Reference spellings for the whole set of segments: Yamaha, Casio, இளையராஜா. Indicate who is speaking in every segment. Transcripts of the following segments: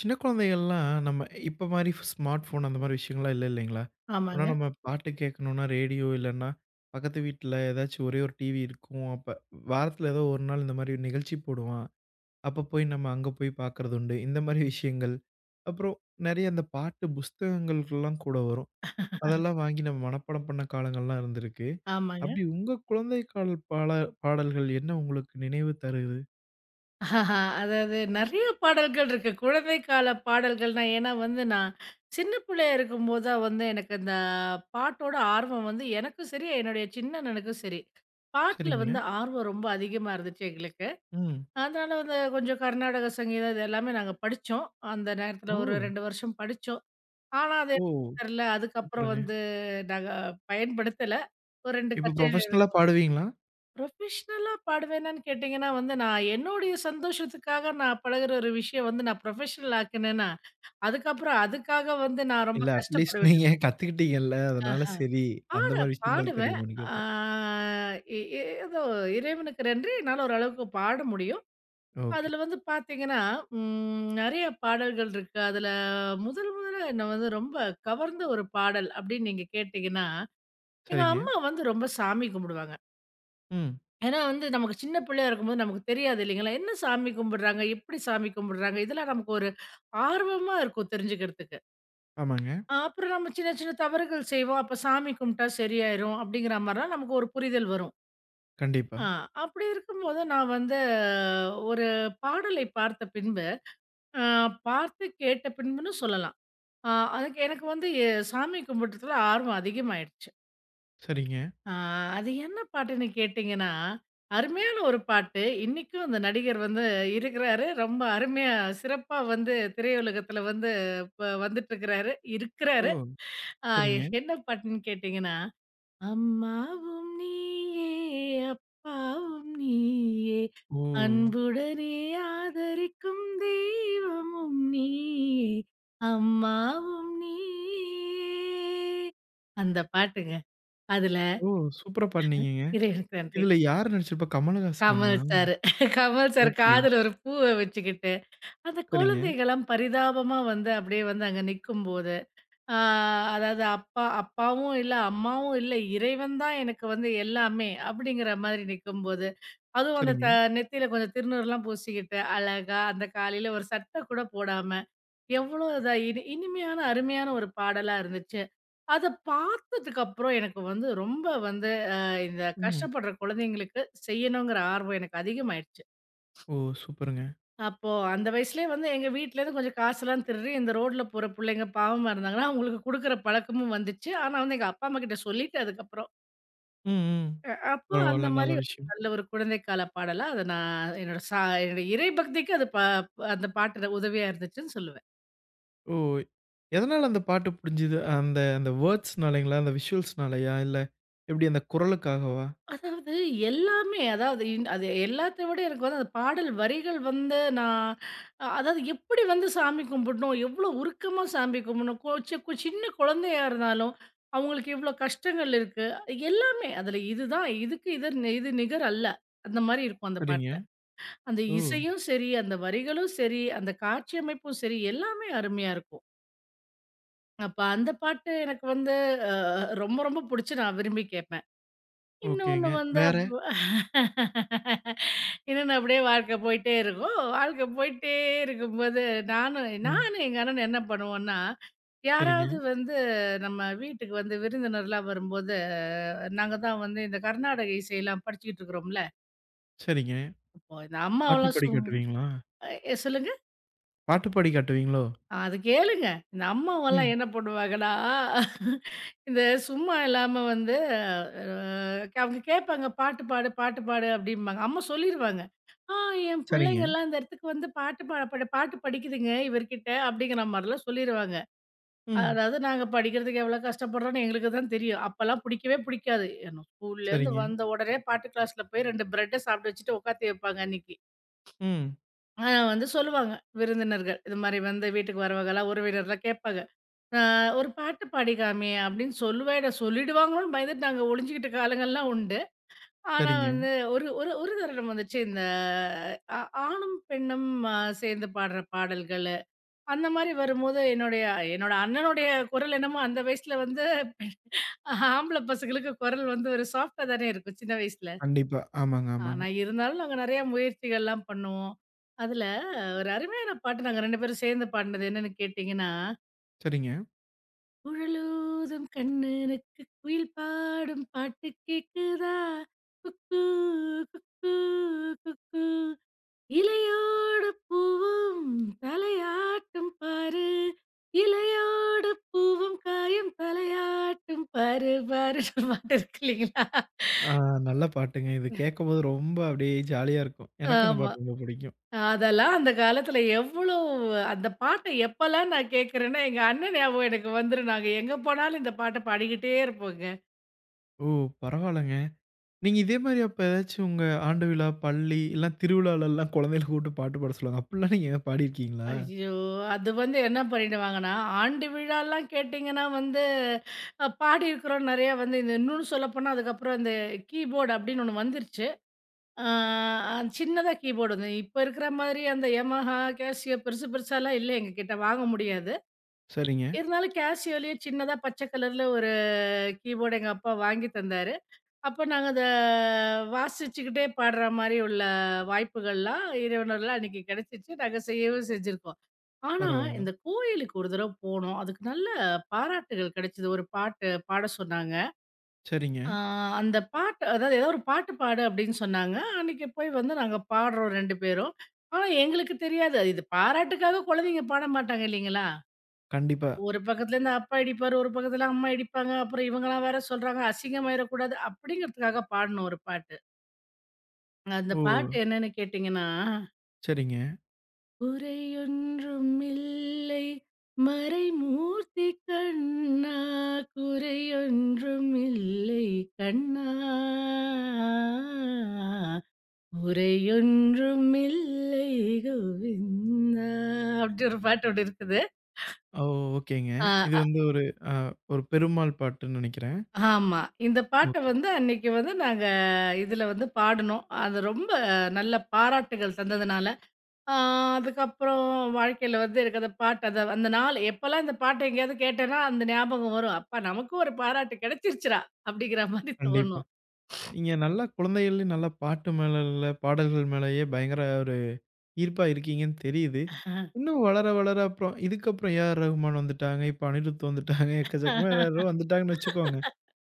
Speaker 1: சின்ன குழந்தைகள்லாம் நம்ம இப்ப மாரி smart phone அந்த மாரி விஷயங்கள்லாம் இல்ல இல்லைங்களா? ஆனா
Speaker 2: ஆமாங்க,
Speaker 1: நம்ம பாட்டு கேட்கணும்னா ரேடியோ இல்லன்னா, பக்கத்து வீட்ல ஏதாச்சும் ஒரே ஒரு டிவி இருக்கும். அப்ப வாரத்துல ஏதோ ஒரு நாள் இந்த மாரி நிகழ்ச்சி போடுவான். அப்ப போய் நம்ம அங்க போய் பார்க்கறது உண்டு. இந்த மாரி விஷயங்கள். அப்புறம் நெறைய அந்த பாட்டு புஸ்தகங்கள்லாம் கூட வரும். அதெல்லாம் வாங்கி நம்ம மனப்பாடம் பண்ண காலங்கள்லாம் இருந்திருக்கு.
Speaker 2: ஆமாங்க.
Speaker 1: அப்படி உங்க குழந்தை கால பால பாடல்கள் என்ன உங்களுக்கு நினைவு தருது?
Speaker 2: ஆஹா, அதாவது நெறைய பாடல்கள் இருக்கு. குழந்தை கால பாடல்கள்னா, ஏன்னா வந்து நான் சின்ன பிள்ளையா இருக்கும்போது தான் வந்து எனக்கு இந்த பாட்டோட ஆர்வம் வந்து எனக்கும் சரி, என்னுடைய சின்ன அண்ணனுக்கும் சரி. பாட்டுல
Speaker 1: சரிங்க.
Speaker 2: வந்து ஆர்வம் ரொம்ப அதிகமா இருந்துச்சு எங்களுக்கு.
Speaker 1: ம்.
Speaker 2: அதனால வந்து கொஞ்சம் கர்நாடக சங்கீதம் இது எல்லாமே நாங்க படிச்சோம். அந்த நேரத்துல
Speaker 1: ஓ!
Speaker 2: ஒரு 2 வருஷம் படிச்சோம். ஆனா அது
Speaker 1: ஓ!
Speaker 2: தெர்ல. அதுக்கப்புறம்
Speaker 1: சூப்பருங்க.
Speaker 2: வந்து நாங்க பயன்படுத்தல. ஒரு 2
Speaker 1: இப்ப புரொஃபஷ்னலா பாடுவீங்களா?
Speaker 2: புரொஃபஷ்னலா பாடுவேனான்னு கேட்டீங்கன்னா வந்து, நான் என்னுடைய சந்தோஷத்துக்காக நான் பழகுற ஒரு விஷயம் வந்து நான் புரொஃபஷ்னல் ஆக்குனேன்னா, அதுக்கப்புறம் அதுக்காக வந்து நான் ரொம்ப
Speaker 1: இல்ல
Speaker 2: கஷ்டப்பட
Speaker 1: அட்லீஸ்ட் நீங்க
Speaker 2: வேண்டியது.
Speaker 1: கத்துக்கிட்டீங்கல்ல. அதனால
Speaker 2: ஆஹா.
Speaker 1: சரி, அந்த
Speaker 2: பாட
Speaker 1: மாரி விஷயங்கள்
Speaker 2: பாடுவேன்.
Speaker 1: தெரியுமான்னு
Speaker 2: ஆ
Speaker 1: கேட்டேன்.
Speaker 2: எ எ ஏதோ இறைவனுக்கு நன்றி என்னால ஓரளவுக்கு பாட முடியும்.
Speaker 1: ஓகே.
Speaker 2: அதுல வந்து பாத்தீங்கன்னா, நெறைய பாடல்கள் இருக்கு. அதுல முதல் முதல்ல என்ன வந்து ரொம்ப கவர்ந்த ஒரு பாடல் அப்படின்னு நீங்க கேட்டீங்கன்னா, எங்க
Speaker 1: சரிங்க.
Speaker 2: அம்மா வந்து ரொம்ப சாமி கும்பிடுவாங்க.
Speaker 1: ம்.
Speaker 2: ஏன்னா வந்து நமக்கு சின்ன பிள்ளையா இருக்கும்போது நமக்கு தெரியாது இல்லைங்களா? என்ன சாமி கும்பிடுறாங்க? எப்படி சாமி கும்பிடுறாங்க? இதெல்லாம் நமக்கு ஒரு ஆர்வமா இருக்கும் தெரிஞ்சுக்கிறதுக்கு.
Speaker 1: ஆமாங்க.
Speaker 2: அப்புறம் நம்ம சின்ன சின்ன தவறுகள் செய்வோம். அப்ப சாமி கும்பிட்டா சரியாயிரும் அப்படிங்கிற மாரிலாம் நமக்கு ஒரு புரிதல் வரும்.
Speaker 1: கண்டிப்பா.
Speaker 2: ஆ அப்படி இருக்கும்போது நான் வந்து ஒரு பாடலை பார்த்த பின்பு, அ பார்த்து கேட்ட பின்புன்னு சொல்லலாம். அதுக்கு எனக்கு வந்து சாமி கும்பிடுறதுல ஆர்வம் அதிகமாயிடுச்சு.
Speaker 1: சரிங்க.
Speaker 2: ஆ, அது என்ன பாட்டுன்னு கேட்டீங்கன்னா, அருமையான ஒரு பாட்டு. இன்னைக்கும் அந்த நடிகர் வந்து இருக்கிறாரு. ரொம்ப அருமையா, சிறப்பா வந்து திரையுலகத்துல வந்து இப்ப வந்துட்டுருக்கிறாரு,
Speaker 1: ஓ!
Speaker 2: இருக்கிறாரு. அ
Speaker 1: சரிங்க.
Speaker 2: என்ன பாட்டுன்னு கேட்டீங்கன்னா, "அம்மாவும் நீயே, அப்பாவும் நீயே,
Speaker 1: ஓ!
Speaker 2: அன்புடனே ஆதரிக்கும் தெய்வமும் நீயே, அம்மாவும் நீயே" அந்த பாட்டுங்க. அதுல
Speaker 1: ஓ! சூப்பரா பாடுனீங்கங்க.
Speaker 2: இறைவனுக்கு நன்றி.
Speaker 1: இதுல யார் நடிச்சிருப்பா? கமலஹாசனுங்களா?
Speaker 2: Kamal sir. Kamal sir
Speaker 1: okay.
Speaker 2: காதுல ஒரு பூவ வச்சுக்கிட்டு, அந்த
Speaker 1: சரிங்க,
Speaker 2: குழந்தைகள்லாம் பரிதாபமா வந்து அப்படியே வந்து அங்க நிக்கும்போது, ஆ அதாவது அப்பாவும் இல்ல, அம்மாவும் இல்ல, இறைவன் தான் எனக்கு வந்து எல்லாமே அப்படிங்கிற மாதிரி நிக்கும்போது, அதுவும் அந்த
Speaker 1: சரிங்க.
Speaker 2: நெத்தியில கொஞ்சம் திருநூறுலாம் பூசிக்கிட்டு, அழகா அந்த காலையில ஒரு சட்டை கூட போடாம, எவ்வளோ இதா இனிமையான, அருமையான ஒரு பாடலா இருந்துச்சு. அத பார்த்ததுக்கு அப்புறம் எனக்கு வந்து ரொம்ப வந்து இந்த
Speaker 1: ம்.
Speaker 2: கஷ்டப்படுற குழந்தைங்களுக்கு செய்யணுங்கிற ஆர்வம் எனக்கு அதிகமாயிடுச்சு.
Speaker 1: ஓ! சூப்பருங்க.
Speaker 2: அப்போ அந்த வயசுலயே வந்து எங்க வீட்லேருந்து கொஞ்சம் காசெல்லாம் திருடி இந்த ரோட்ல போற புள்ளைங்க பாவமா இருந்தாங்கன்னா, அவங்களுக்கு குடுக்குற பழக்கமும் வந்துச்சு. ஆனா வந்து எங்க அப்பா, அம்மாகிட்ட சொல்லிட்டேன் அதுக்கப்புறம்.
Speaker 1: ம், ம்.
Speaker 2: அப்போ அந்த
Speaker 1: பரவால்ல. நல்ல
Speaker 2: மாரி
Speaker 1: விஷயம்.
Speaker 2: நல்ல ஒரு குழந்தைக்கால பாடலா அத நான் என்னோட இறை பக்திக்கு அது ப அந்த பாட்டு உதவியா இருந்துச்சுன்னு சொல்லுவேன்.
Speaker 1: ஓ! எதனால அந்த பாட்டு புடிஞ்சது? அந்த அந்த வேர்ட்ஸ்னாலைங்களா? அந்த விஷுவல்ஸ்னாலயா? இல்ல எப்டி அந்த குரலுக்காகவா?
Speaker 2: அதாவது எல்லாமே அதாவது அது எல்லாத்த விட எனக்கு வந்து அந்த பாடல் வரிகள் வந்து நான் அதாவது எப்படி வந்து சாமி கும்பிடணும், எவ்வளோ உருக்கமா சாமி கும்பிடணும், கொ சி கு சின்ன குழந்தையா இருந்தாலும் அவங்களுக்கு இவ்வளோ கஷ்டங்கள் இருக்கு. எல்லாமே அதில இதுதான் இதுக்கு இது நிகர் அல்ல. அந்த மாரி இருக்கும் அந்த
Speaker 1: சரிங்க.
Speaker 2: பாட்டுல. அந்த
Speaker 1: ஓ!
Speaker 2: இசையும் சரி, அந்த வரிகளும் சரி, அந்த காட்சி அமைப்பும் சரி, எல்லாமே அருமையா இருக்கும். அப்ப அந்த பாட்டு எனக்கு வந்து அ ரொம்ப ரொம்ப புடிச்சு நான் விரும்பி கேட்பேன். இன்னொன்னு
Speaker 1: ஓகேங்க.
Speaker 2: வந்து
Speaker 1: வேற?
Speaker 2: அப்படியே வாழ்க்கை போயிட்டே இருக்கும். வாழ்க்கை போயிட்டே இருக்கும்போது, நானும்
Speaker 1: ம்.
Speaker 2: நானும் எங்க அண்ணனும் என்ன பண்ணுவோம்னா,
Speaker 1: சரிங்க,
Speaker 2: யாராவது வந்து நம்ம வீட்டுக்கு வந்து விருந்தினர்லாம் வரும்போது, நாங்க தான் வந்து இந்த கர்நாடக இசையெல்லாம் படிச்சுக்கிட்டு இருக்கிறோம்ல.
Speaker 1: சரிங்க.
Speaker 2: இப்போ இந்த
Speaker 1: பாட்டு
Speaker 2: அம்மாவெல்லாம் சொ
Speaker 1: பாடி காட்டுவீங்களா?
Speaker 2: அ சொல்லுங்க.
Speaker 1: பாட்டு பாடி காட்டுவீங்களோ?
Speaker 2: அது கேளுங்க. இந்த அம்மாவெல்லாம்
Speaker 1: ம்.
Speaker 2: என்ன பண்ணுவாங்கன்னா, இந்த சும்மா இல்லாம வந்து அவங்க கேட்பாங்க, "பாட்டு பாடு, பாட்டு பாடு" அப்படிம்பாங்க. அம்மா சொல்லிருவாங்க. "ஆ என்
Speaker 1: சரிங்க.
Speaker 2: புள்ளைங்கலாம் இந்த இடத்துக்கு வந்து பாட்டு படிக்குதுங்க இவர்கிட்ட" அப்படிங்கிற மாரிலாம் சொல்லிருவாங்க.
Speaker 1: ம்.
Speaker 2: அதாவது நாங்க படிக்கிறதுக்கு எவ்வளோ கஷ்டப்படுறோம்ன்னு எங்களுக்கு தான் தெரியும். அப்பலாம் புடிக்கவே புடிக்காது. ஏன்னா ஸ்கூல்லேருந்து
Speaker 1: சரிங்க.
Speaker 2: வந்த உடனே பாட்டு கிளாஸ்ல போய் 2 பிரெட்ட சாப்பிட்டு வச்சுட்டு உட்காத்தி வைப்பாங்க அன்னைக்கு.
Speaker 1: ம்.
Speaker 2: ஆனா வந்து சொல்லுவாங்க விருந்தினர்கள், இது மாரி வந்து வீட்டுக்கு வரவங்கலாம் உறவினர்லாம் கேட்பாங்க. "ஆ ஒரு பாட்டு பாடி காமி" அப்படின்னு சொல்லுவேன். சொல்லிடுவாங்களோன்னு பயந்துட்டு நாங்க ஒளிஞ்சுக்கிட்ட காலங்கள்லாம் உண்டு. ஆனா
Speaker 1: சரிங்க.
Speaker 2: வந்து ஒரு ஒரு ஒரு தருணம் வந்துச்சு இந்த ஆ ஆணும், பெண்ணும் அ சேர்ந்து பாடுற பாடல்களு, அந்த மாரி வரும்போது என்னோட அண்ணனுடைய குரல் என்னமோ அந்த வயசுல வந்து ஆம்பள பசங்களுக்கு குரல் வந்து ஒரு சாஃப்ட்டா தானே இருக்கும் சின்ன வயசுல.
Speaker 1: கண்டிப்பா. ஆமாங்க, ஆமாங்க.
Speaker 2: ஆனா இருந்தாலும் நாங்க நெறைய முயற்சிகள்லாம் பண்ணுவோம். அதுல ஒரு அருமையான பாட்டு நாங்க 2 பேரும் சேர்ந்து பாடுனது என்னன்னு கேட்டீங்கன்னா
Speaker 1: சரிங்க.
Speaker 2: உழலூதும் கண்ணனுக்கு குயில் பாடும் பாட்டு கேக்குதா குக்கூ குக்கூ குக்கூ இலையோட பூவும் தலையாட்டும் பாரு இலையோட பூவும் காயும் தலையாட்டும் பாரு பாரு பாட்டு இருக்கு இல்லைங்களா.
Speaker 1: ஆ. நல்ல பாட்டுங்க. இது கேட்கும்போது ரொம்ப அப்படியே ஜாலியா இருக்கும். எனக்கும் இந்த
Speaker 2: ஆமா,
Speaker 1: பாட்டு ரொம்ப பிடிக்கும்.
Speaker 2: அதெல்லாம் அந்த காலத்துல எவ்வளோ அந்த பாட்டை எப்பெல்லாம் நான் கேட்கறேன்னா எங்க அண்ணன் ஞாபகம் எனக்கு வந்துரும். நாங்க எங்க போனாலும் இந்த பாட்டை பாடிக்கிட்டே இருப்போங்க.
Speaker 1: ஓ! பரவால்லங்க. நீங்க இதே மாரி அப்ப ஏதாச்சும் உங்க ஆண்டு விழா, பள்ளி இல்ல திருவிழாலலாம் குழந்தைகள கூப்ட்டு பாட்டு பாட சொல்லுவாங்க. அப்படிலாம் நீங்க பாடியிருக்கீங்களா?
Speaker 2: ஐயோ! அது வந்து என்ன பண்ணிடுவாங்கன்னா, ஆண்டு விழாலாம் கேட்டிங்கன்னா வந்து, பாடியிருக்கிறோம் நெறையா வந்து இந்த இன்னும் சொல்லப்போனா அதுக்கப்புறம் இந்த கீபோர்டு அப்படின்னு ஒண்ணு வந்துருச்சு. சின்னதா கீபோர்டு வந்து இப்ப இருக்கிற மாதிரி அந்த Yamaha, Casio பெருசு பெருசாலாம் இல்ல எங்ககிட்ட வாங்க முடியாது.
Speaker 1: சரிங்க.
Speaker 2: இருந்தாலும் Casioலயே சின்னதா பச்சை கலர்ல ஒரு கீபோர்டு எங்க அப்பா வாங்கி தந்தாரு. அப்ப நாங்க அத வாசிச்சுக்கிட்டே பாடுற மாரி உள்ள வாய்ப்புகள்லாம் இறைவனருளால அன்னைக்கு கிடைச்சிச்சு. நாங்க செய்யவும் செஞ்சிருக்கோம். ஆனா,
Speaker 1: பரவால்ல.
Speaker 2: இந்த கோயிலுக்கு ஒரு தடவ போனோம். அதுக்கு நல்ல பாராட்டுகள் கிடைச்சது. ஒரு பாட்டு பாட சொன்னாங்க.
Speaker 1: சரிங்க.
Speaker 2: ஆ அந்த பாட்டு அதாவது ஏதோ ஒரு பாட்டு பாடு அப்படின்னு சொன்னாங்க. அன்னைக்கு போய் வந்து நாங்க பாடுறோம் 2 பேரும். ஆனா, எங்களுக்கு தெரியாது. அது, இது பாராட்டுக்காக குழந்தைங்க பாட மாட்டாங்க இல்லைங்களா?
Speaker 1: கண்டிப்பா.
Speaker 2: ஒரு பக்கத்துலேருந்து அப்பா இடிப்பாரு, ஒரு பக்கத்துல அம்மா இடிப்பாங்க. அப்புறம் இவங்கலாம் வேற சொல்றாங்க, அசிங்கமாயிரக்கூடாது அப்படிங்கிறதுக்காக பாடுனோம் ஒரு பாட்டு. அந்த
Speaker 1: ஓ!
Speaker 2: பாட்டு என்னன்னு கேட்டீங்கன்னா,
Speaker 1: சரிங்க.
Speaker 2: "குறையொன்றும் இல்லை மறைமூர்த்தி கண்ணா, குறையொன்றும் இல்லை கண்ணா, குறையொன்றும் இல்லை கோவிந்தா" அப்படி ஒரு பாட்டு ஒண்ணு இருக்குது.
Speaker 1: ஓ! ஓகேங்க.
Speaker 2: அ
Speaker 1: இது
Speaker 2: அ
Speaker 1: வந்து ஒரு அ ஒரு பெருமாள் பாட்டுன்னு நெனைக்கிறேன்.
Speaker 2: ஆமா. இந்த பாட்ட
Speaker 1: ஓகே.
Speaker 2: வந்து அன்னைக்கு வந்து நாங்க இதுல வந்து பாடுனோம். அது ரொம்ப நல்ல பாராட்டுகள் தந்ததுனால ஆ அதுக்கப்புறம் வாழ்க்கையில வந்து எனக்கு அந்த பாட்டு அந்த அந்த நாள் எப்பல்லாம் இந்த பாட்டை எங்கேயாவது கேட்டேன்னா அந்த ஞாபகம் வரும். அப்பா நமக்கும் ஒரு பாராட்டு கிடைச்சிருச்சுடா! அப்படிங்கிற மாரி
Speaker 1: கண்டிப்பா.
Speaker 2: தோணும்.
Speaker 1: நீங்க நல்லா குழந்தைகள்லயும் நல்லா பாட்டு மேல உள்ள பாடல்கள் மேலேயே பயங்கர ஒரு ஈர்ப்பா இருக்கீங்கன்னு தெரியுது. இன்னும் வளர வளர அப்புறம் இதுக்கப்புறம் ஏஆர் ரகுமான் வந்துட்டாங்க. இப்ப அனிருத் வந்துட்டாங்க. எக்கச்சக்கமா எல்லாரும் வந்துட்டாங்கன்னு வச்சுக்கோங்க.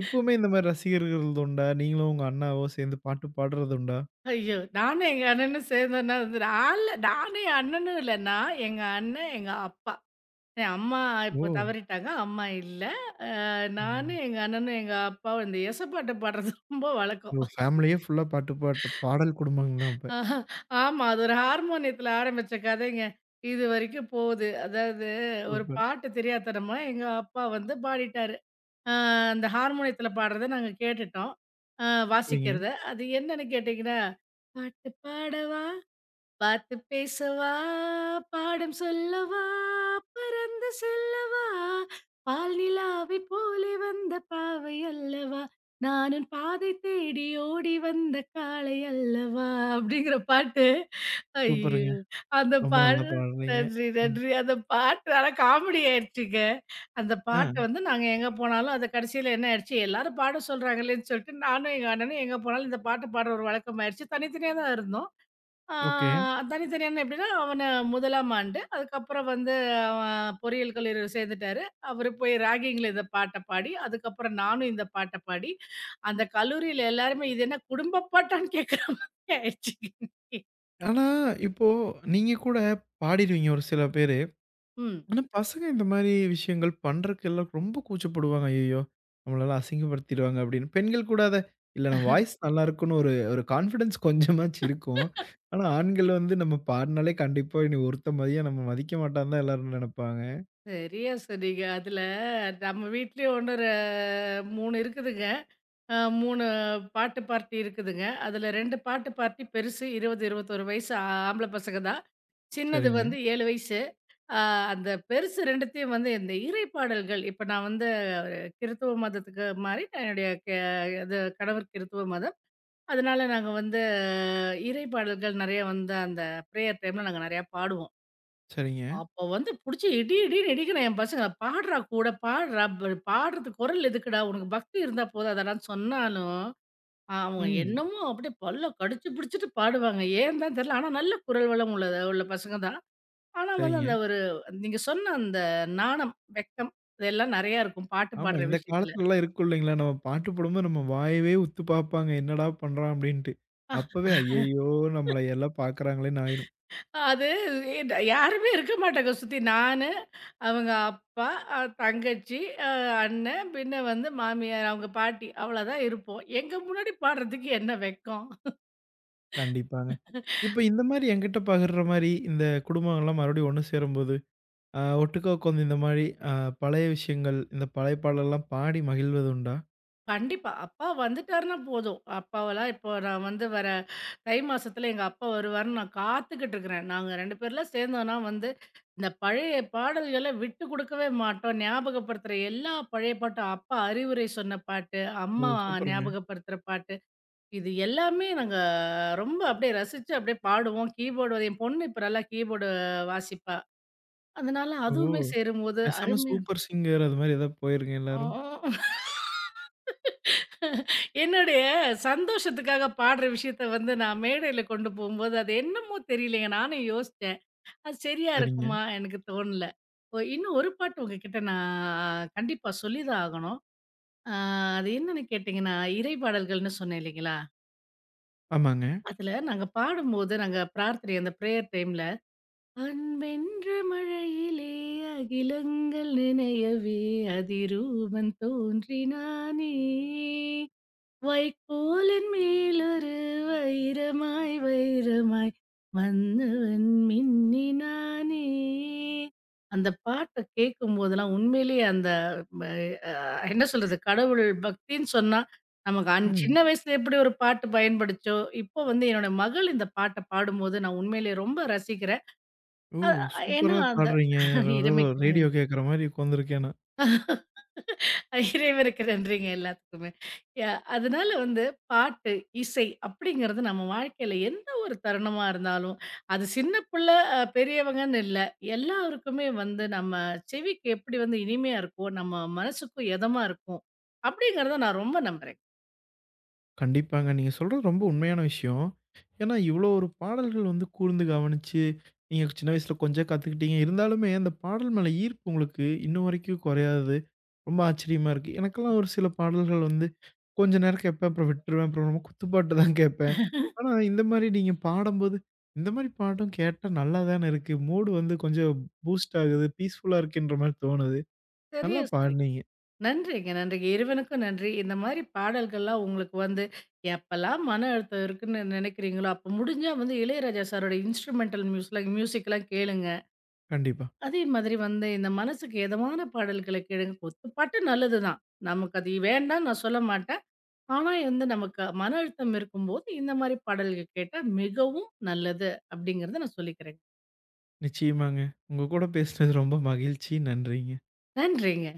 Speaker 1: இப்பவுமே இந்த மாரி ரசிகர்கள் உண்டா? நீங்களும் உங்க அண்ணாவோ சேர்ந்து பாட்டு பாடுறது உண்டா?
Speaker 2: ஐயோ! நானும் எங்க அண்ணனும் சேர்ந்தோன்னா வந்து நான் இல்ல நானும் என் அண்ணனும் இல்ல. நான், எங்க அண்ணன், எங்க அப்பா. என் அம்மா
Speaker 1: ஓ!
Speaker 2: இப்போ தவறிட்டாங்க. அம்மா இல்ல. அ நானு,
Speaker 1: ம்.
Speaker 2: எங்க அண்ணனும், எங்க அப்பாவும் இந்த எசப்பாட்டு பாடுறது ரொம்ப வழக்கம்.
Speaker 1: ஓ! ஃபேமிலியே ஃபுல்லா பாட்டு பாட்டு பாடல் குடும்பம் தான் அப்ப.
Speaker 2: ஆஹா, ஆமா. அது ஒரு ஹார்மோனியத்துல ஆரம்பிச்ச கதைங்க. இதுவரைக்கும் போகுது. அதாவது ஒரு
Speaker 1: சூப்பர்.
Speaker 2: பாட்டு தெரியாத்தனமா எங்க அப்பா வந்து பாடிட்டாரு. அ அந்த ஹார்மோனியத்துல பாடுறத நாங்க கேட்டுட்டோம். அ
Speaker 1: சரிங்க.
Speaker 2: வாசிக்கிறத. அது என்னன்னு கேட்டீங்கன்னா, "பாட்டு பாடவா? பார்த்து பேசவா, பாடம் சொல்லவா, பறந்து செல்லவா, பால் நிலாவை போலே வந்த பாவை அல்லவா, நான் உன் பாதை தேடி ஓடி வந்த காளை அல்லவா, அப்படிங்கிற பாட்டு. ஐயோ!
Speaker 1: சூப்பருங்க.
Speaker 2: அந்த
Speaker 1: ரொம்ப நல்லா
Speaker 2: பாடல்
Speaker 1: பாடுறீங்க.
Speaker 2: நன்றி,
Speaker 1: ம்.
Speaker 2: நன்றி. அந்த பாட்டு ஆனா காமெடி ஆயிடுச்சுங்க. அந்த
Speaker 1: ஆ.
Speaker 2: பாட்ட வந்து நாங்க எங்க போனாலும் அது கடைசியில என்ன ஆயிடுச்சு, எல்லாரும் பாட சொல்றாங்களேன்னு சொல்லிட்டு, நானும் எங்க அண்ணனும் எங்க போனாலும் இந்த பாட்டு பாடுற ஒரு வழக்கம் ஆயிடுச்சு. தனித்தனியா தான் இருந்தோம். ஆ
Speaker 1: ஓகே.
Speaker 2: தனித்தனியான எப்படின்னா, அவன 1ஆம் ஆண்டு. அதுக்கப்புறம் வந்து அவன் பொறியியல் கல்லூரியில சேர்ந்துட்டாரு. அவரு போய் ராகிங்கில இந்த பாட்ட பாடி, அதுக்கப்புறம் நானும் இந்த பாட்ட பாடி, அந்த கல்லூரியில எல்லாருமே இது என்ன குடும்ப பாட்டான்னு கேட்குற மாதிரி ஆயிடுச்சுங்க.
Speaker 1: ஆனா, இப்போ நீங்க கூட பாடிருவீங்க ஒரு சில பேரு.
Speaker 2: ம்.
Speaker 1: ஆனா, பசங்க இந்த மாரி விஷயங்கள் பண்றதுக்கெல்லாம் ரொம்ப கூச்சப்படுவாங்க. ஐயய்யோ! நம்மளலாம் அசிங்கப்படுத்திருவாங்க அப்படின்னு. பெண்கள் கூட அத இல்ல நம்ம வாய்ஸ் நல்லா இருக்குன்னு ஒரு ஒரு கான்ஃபிடன்ஸ் கொஞ்சமாச்சும் இருக்கும். ஆனா, ஆண்கள் வந்து நம்ம பாடுனாலே கண்டிப்பா இனி ஒருத்தன் மதியா நம்ம மதிக்க மாட்டான்னு தான் எல்லாரும் நெனைப்பாங்க.
Speaker 2: சரியா சொன்னீங்க. அதுல நம்ம வீட்லயும் இன்னொரு 3 இருக்குதுங்க. 3 பாட்டு பார்ட்டி இருக்குதுங்க. அதுல 2 பாட்டு பார்ட்டி பெருசு 20, 21 வயசு ஆம்பள பசங்க தான். சின்னது
Speaker 1: சரிங்க,
Speaker 2: வந்து 7 வயசு. அ அந்த பெருசு 2த்தையும் வந்து இந்த இறை பாடல்கள் இப்ப நான் வந்து ஒரு கிறித்துவ மதத்துக்கு மாறி நான் என்னுடைய இது கணவர் கிறித்துவ மதம். அதனால நாங்க வந்து இறை பாடல்கள் நெறைய வந்து அந்த பிரேயர் டைம்ல நாங்க நெறையா பாடுவோம்.
Speaker 1: சரிங்க.
Speaker 2: அப்போ வந்து புடிச்சு இடி இடின்னு இடிக்கிற என் பசங்கள, "பாடுறா கூட, பாடுறா! பாடுறது குரல் எதுக்குடா? உனக்கு பக்தி இருந்தா போதாதாடான்னு" சொன்னாலும் அவங்க
Speaker 1: ம்.
Speaker 2: என்னமோ அப்படியே பல்ல கடிச்சு பிடிச்சுட்டு பாடுவாங்க. ஏன் தான் தெரியல. ஆனா நல்ல குரல் வளம் உள்ள பசங்க தான். ஆனா வந்து
Speaker 1: சரிங்க.
Speaker 2: அந்த ஒரு நீங்க சொன்ன அந்த நாணம், வெட்கம் இதெல்லாம் நெறையா இருக்கும் பாட்டு
Speaker 1: ஆமா.
Speaker 2: பாடுற
Speaker 1: இந்த
Speaker 2: விஷயத்துல.
Speaker 1: காலத்துலலாம் இருக்கும் இல்லைங்களா? நம்ம பாட்டு போடும்போது நம்ம வாயவே உத்து பார்ப்பாங்க. என்னடா பண்றான்? அப்படின்ட்டு.
Speaker 2: அஹ்,
Speaker 1: அப்பவே ஐயய்யோ! நம்மள எல்லாம் பார்க்குறாங்களேன்னு ஆயிரும்.
Speaker 2: அது என்ட யாருமே இருக்க மாட்டாங்க சுத்தி. நானு, அவங்க அப்பா, தங்கச்சி, அ அண்ணன், பின்ன வந்து மாமியார் அவங்க பாட்டி அவ்வளோதான் இருப்போம். எங்க முன்னாடி பாடுறதுக்கு என்ன வெட்கம்?
Speaker 1: கண்டிப்பாங்க. இப்ப இந்த மாரி என்கிட்ட பகிர்ற மாரி, இந்த குடும்பங்கள்லாம் மறுபடியும் ஒண்ணு சேரும்போது, அ ஒட்டுக்கா உட்காந்து இந்த மாரி அ பழைய விஷயங்கள், இந்த பழைய பாடலெல்லாம் பாடி மகிழ்வது உண்டா?
Speaker 2: கண்டிப்பா. அப்பா வந்துட்டாருன்னா போதும். அப்பாவெல்லாம் இப்போ நான் வந்து வர தை மாசத்துல எங்க அப்பா வருவாருன்னு நான் காத்துக்கிட்டு இருக்கிறேன். நாங்க 2 பேர்லாம் சேர்ந்தோம்னா வந்து, இந்த பழைய பாடல்கள விட்டு கொடுக்கவே மாட்டோம். ஞாபகப்படுத்துற எல்லா பழைய பாட்டும், அப்பா அறிவுரை சொன்ன பாட்டு, அம்மா
Speaker 1: ஓ! சூப்பருங்க.
Speaker 2: ஞாபகப்படுத்துற பாட்டு, இது எல்லாமே நாங்க ரொம்ப அப்படியே ரசிச்சு அப்படியே பாடுவோம். கீபோர்டு என் பொண்ணு இப்ப நல்லா கீபோர்டு வாசிப்பா. அதனால
Speaker 1: ஓ!
Speaker 2: அதுவுமே சேரும்போது
Speaker 1: பேசாம
Speaker 2: அருமையா.
Speaker 1: சூப்பர் சிங்கர் அது மாரி ஏதாவது போயிருங்க
Speaker 2: ஆ.
Speaker 1: எல்லாரும்.
Speaker 2: என்னுடைய சந்தோஷத்துக்காக பாடுற விஷயத்த வந்து நான் மேடையில கொண்டு போம்போது, அது என்னமோ தெரியலங்க. நானும் யோசிச்சேன். அது சரியா
Speaker 1: சரிங்க.
Speaker 2: இருக்குமா? எனக்கு தோணல. இன்னும் ஒரு பாட்டு உங்ககிட்ட நான் கண்டிப்பா சொல்லி தான் ஆகணும். அ அது என்னன்னு கேட்டீங்கன்னா, இறை பாடல்கள்னு சொன்னேன் இல்லைங்களா?
Speaker 1: ஆமாங்க.
Speaker 2: அதுல நாங்க பாடும்போது, நாங்க பிரார்த்தனை அந்த பிரேயர் டைம்ல, "அன்பென்ற மழையிலே அகிலங்கள் நினையவே அதிரூபன் தோன்றினானே." வைக்கோலின் மேலொரு வைரமாய் வைரமாய் வந்தவன் மின்னினானே. அந்த பாட்டை கேட்கும் போதெல்லாம் உண்மையிலேயே அந்த ம, என்ன சொல்றது கடவுள் பக்தின்னு சொன்னா நமக்கு
Speaker 1: ம்.
Speaker 2: சின்ன வயசுல எப்படி ஒரு பாட்டு பயன்படுச்சோ, இப்போ வந்து என்னோட மகள் இந்த பாட்டை பாடும்போது நான் உண்மையிலேயே ரொம்ப ரசிக்கிறேன்.
Speaker 1: ஓ!
Speaker 2: ஏன்னா
Speaker 1: சூப்பரா
Speaker 2: அந்த
Speaker 1: பாடுறீங்க.
Speaker 2: இறைமைக்கு
Speaker 1: ரேடியோ கேட்குற மாரி உட்காந்துருக்கேன் நான்.
Speaker 2: இறைவனுக்கு நன்றிங்க எல்லாத்துக்குமே. ய அதனால வந்து பாட்டு, இசை அப்படிங்கிறது நம்ம வாழ்க்கையில எந்த ஒரு தருணமா இருந்தாலும், அது சின்ன பிள்ளை, பெரியவங்கன்னு இல்ல. எல்லாருக்குமே வந்து நம்ம செவிக்கு எப்படி வந்து இனிமையா இருக்கோ, நம்ம மனசுக்கும் எதமா இருக்கும், அப்படிங்கிறத நான் ரொம்ப நம்புறேன்.
Speaker 1: கண்டிப்பாங்க. நீங்க சொல்றது ரொம்ப உண்மையான விஷயம். ஏன்னா, இவ்வளோ ஒரு பாடல்கள் வந்து கூர்ந்து கவனிச்சு, நீங்க சின்ன வயசுல கொஞ்சம் கத்துக்கிட்டீங்க. இருந்தாலுமே அந்த பாடல் மேல ஈர்ப்பு உங்களுக்கு இன்னும் வரைக்கும் குறையாது. ரொம்ப ஆச்சரியமா இருக்கு. எனக்கெல்லாம் ஒரு சில பாடல்கள் வந்து கொஞ்ச நேரம் கேட்பேன். அப்புறம் விட்டுருவேன். அப்புறம் ரொம்ப குத்துப்பாட்டு தான் கேட்பேன். ஆனா, இந்த மாரி நீங்க பாடும்போது, இந்த மாரி பாட்டும் கேட்டா நல்லா தானே இருக்கு. மூடு வந்து கொஞ்சம் பூஸ்ட் ஆகுது. பீஸ்ஃபுல்லா இருக்குன்ற மாரி தோணுது. நல்லா
Speaker 2: சரியா சொன்னீங்க.
Speaker 1: பாடுனீங்க.
Speaker 2: நன்றிங்க, நன்றிங்க. இறைவனுக்கும் நன்றி. இந்த மாரி பாடல்கள்லாம் உங்களுக்கு வந்து எப்பலாம் மன அழுத்தம் இருக்குன்னு நினைக்கிறீங்களோ, அப்ப முடிஞ்சா வந்து இளையராஜா சாரோட இன்ஸ்ட்ருமென்டல் மியூசிக்லாம் கேளுங்க.
Speaker 1: கண்டிப்பா.
Speaker 2: அதே மாதிரி வந்து இந்த மனசுக்கு எதமான பாடல்கள கேளுங்க. ஒத்து பாட்டு நல்லதுதான். நமக்கு அது வேண்டான்னு நான் சொல்ல மாட்டேன். ஆனா வந்து நமக்கு மன அழுத்தம் இருக்கும்போது, இந்த மாரி பாடல்கள் கேட்டா மிகவும் நல்லது. அப்படிங்கிறத நான் சொல்லிக்கிறேங்க.
Speaker 1: நிச்சயமாங்க. உங்க கூட பேசினது ரொம்ப மகிழ்ச்சி. நன்றிங்க.
Speaker 2: நன்றிங்க.